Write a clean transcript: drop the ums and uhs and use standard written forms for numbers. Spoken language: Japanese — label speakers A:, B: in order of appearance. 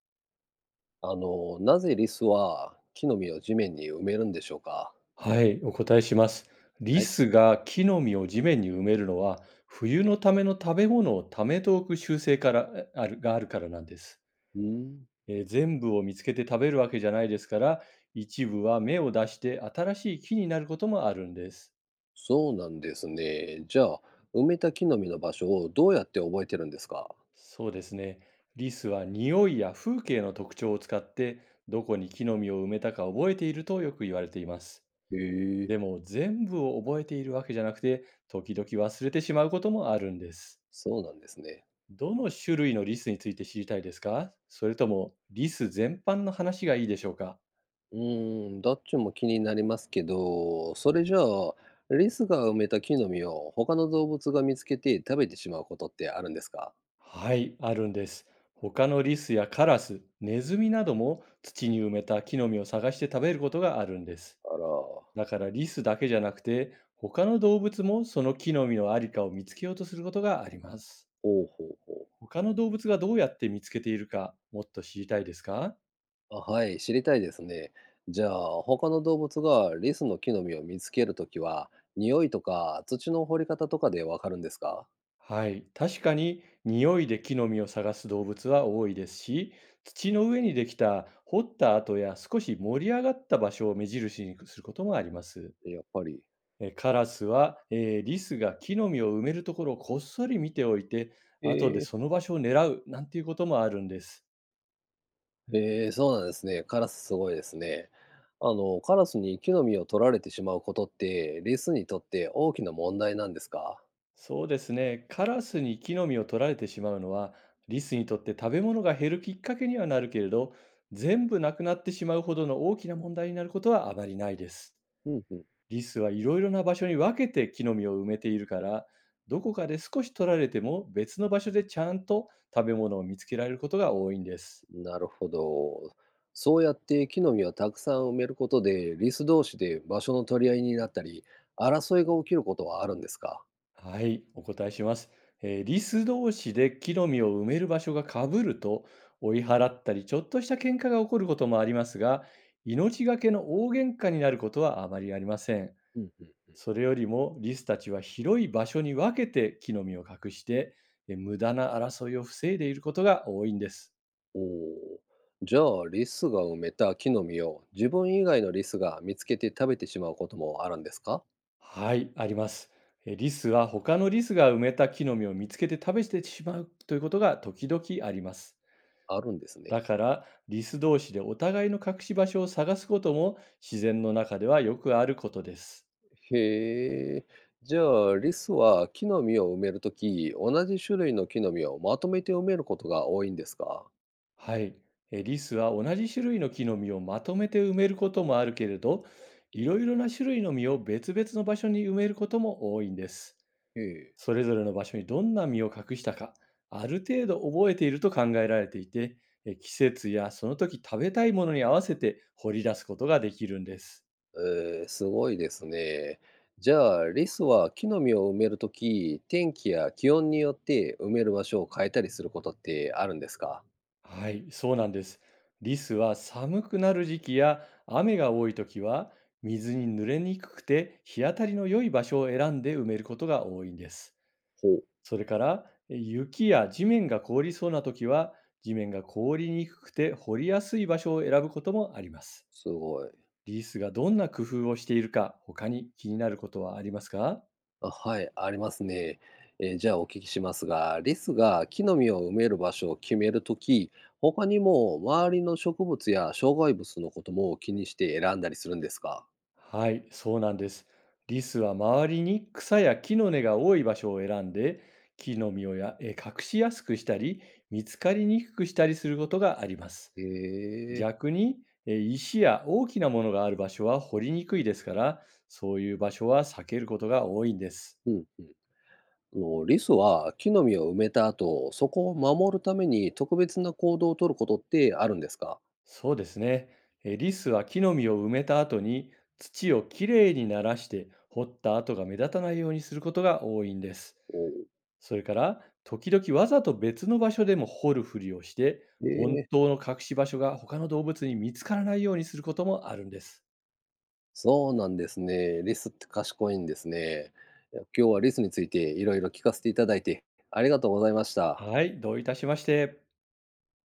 A: なぜリスは木の実を地面に埋めるんでしょうか？
B: はい、お答えします。
A: は
B: リ
A: い。
B: スが木の実を地面に埋めるのは、冬のための食べ物をためておく習性からあるがあるからなんです。
A: うん、
B: 全部を見つけて食べるわけじゃないですから、一部は芽を出して新しい木になることもあるんです。
A: そうなんですね。じゃあ、埋めた木の実の場所をどうやって覚えてるんですか？
B: そうですね。リスは匂いや風景の特徴を使って、どこに木の実を埋めたか覚えているとよく言われています。
A: へえ、
B: でも全部を覚えているわけじゃなくて、時々忘れてしまうこともあるんです。
A: そうなんですね。
B: どの種類のリスについて知りたいですか？それともリス全般の話がいいでしょうか？
A: うーん、どっちも気になりますけど、それじゃあ、リスが埋めた木の実を他の動物が見つけて食べてしまうことってあるんですか？
B: はい、あるんです。他のリスやカラス、ネズミなども土に埋めた木の実を探して食べることがあるんです。
A: あら、ほ
B: だから、リスだけじゃなくて、他の動物もその木の実のありかを見つけようとすることがあります。
A: うほうほう。
B: 他の動物がどうやって見つけているか、もっと知りたいですか？
A: あ、はい、知りたいですね。じゃあ、他の動物がリスの木の実を見つけるときは、匂いとか土の掘り方とかでわかるんですか？
B: はい、確かに匂いで木の実を探す動物は多いですし、土の上にできた掘った跡や少し盛り上がった場所を目印にすることもあります。
A: やっぱり。
B: カラスは、リスが木の実を埋めるところをこっそり見ておいて、
A: え
B: 後でそ
A: ー、
B: の場所を狙うなんていうこともあるんです。
A: えー、そうなんですね。カラスすごいですね。カラスに木の実を取られてしまうことって、リスにとって大きな問題なんですか？
B: そうですね、カラスに木の実を取られてしまうのは、リスにとって食べ物が減るきっかけにはなるけれど、全部なくなってしまうほどの大きな問題になることはあまりないです。
A: うんうん。
B: リスはいろいろな場所に分けて木の実を埋めているから、どこかで少し取られても別の場所でちゃんと食べ物を見つけられることが多いんです。
A: なるほど。そうやって木の実をたくさん埋めることで、リス同士で場所の取り合いになったり、争いが起きることはあるんですか？
B: はい、お答えします。リス同士で木の実を埋める場所がかぶると、追い払ったりちょっとした喧嘩が起こることもありますが、命がけの大喧嘩になることはあまりありません。
A: うんうん。
B: それよりも、リスたちは広い場所に分けて木の実を隠して、無駄な争いを防いでいることが多いんです。
A: おお。じゃあ、リスが埋めた木の実を自分以外のリスが見つけて食べてしまうこともあるんですか？
B: はい、あります。リスは他のリスが埋めた木の実を見つけて食べてしまうということが時々あります。
A: あるんです
B: だ
A: ね。
B: から、リス同士でお互いの隠し場所を探すことも自然の中ではよくあることです。
A: へえ。じゃあ、リスは木の実を埋めるとき、同じ種類の木の実をまとめて埋めることが多いんですか？
B: はい、リスは同じ種類の木の実をまとめて埋めることもあるけれど、いろいろな種類の実を別々の場所に埋めることも多いんです。
A: へえ。
B: それぞれの場所にどんな実を隠したか、ある程度覚えていると考えられていて、季節やその時食べたいものに合わせて掘り出すことができるんです。
A: えー、すごいですね。じゃあ、リスは木の実を埋めるとき、天気や気温によって埋める場所を変えたりすることってあるんですか？
B: はい、そうなんです。リスは寒くなる時期や雨が多い時は、水に濡れにくくて日当たりの良い場所を選んで埋めることが多いんです。
A: ほう。
B: それから、雪や地面が凍りそうな時は、地面が凍りにくくて掘りやすい場所を選ぶこともあります。
A: すごい。
B: リスがどんな工夫をしているか、他に気になることはありますか？
A: あ、はい、ありますね。じゃあお聞きしますが、リスが木の実を埋める場所を決めるとき、他にも周りの植物や障害物のことも気にして選んだりするんですか？
B: はい、そうなんです。リスは周りに草や木の根が多い場所を選んで、木の実を隠しやすくしたり、見つかりにくくしたりすることがあります。
A: へえ。
B: 逆に、石や大きなものがある場所は掘りにくいですから、そういう場所は避けることが多いんです。
A: うんうん。あのリスは木の実を埋めた後、そこを守るために特別な行動をとることってあるんですか？
B: そうですね。リスは木の実を埋めた後に、土をきれいにならして掘った跡が目立たないようにすることが多いんです。
A: おう。
B: それから時々わざと別の場所でも掘るふりをして、
A: へ
B: 本
A: え。
B: 当の隠し場所が他の動物に見つからないようにすることもあるんです。
A: そうなんですね。リスって賢いんですね。いや、今日はリスについていろいろ聞かせていただいてありがとうございました。
B: はい、どういたしまして。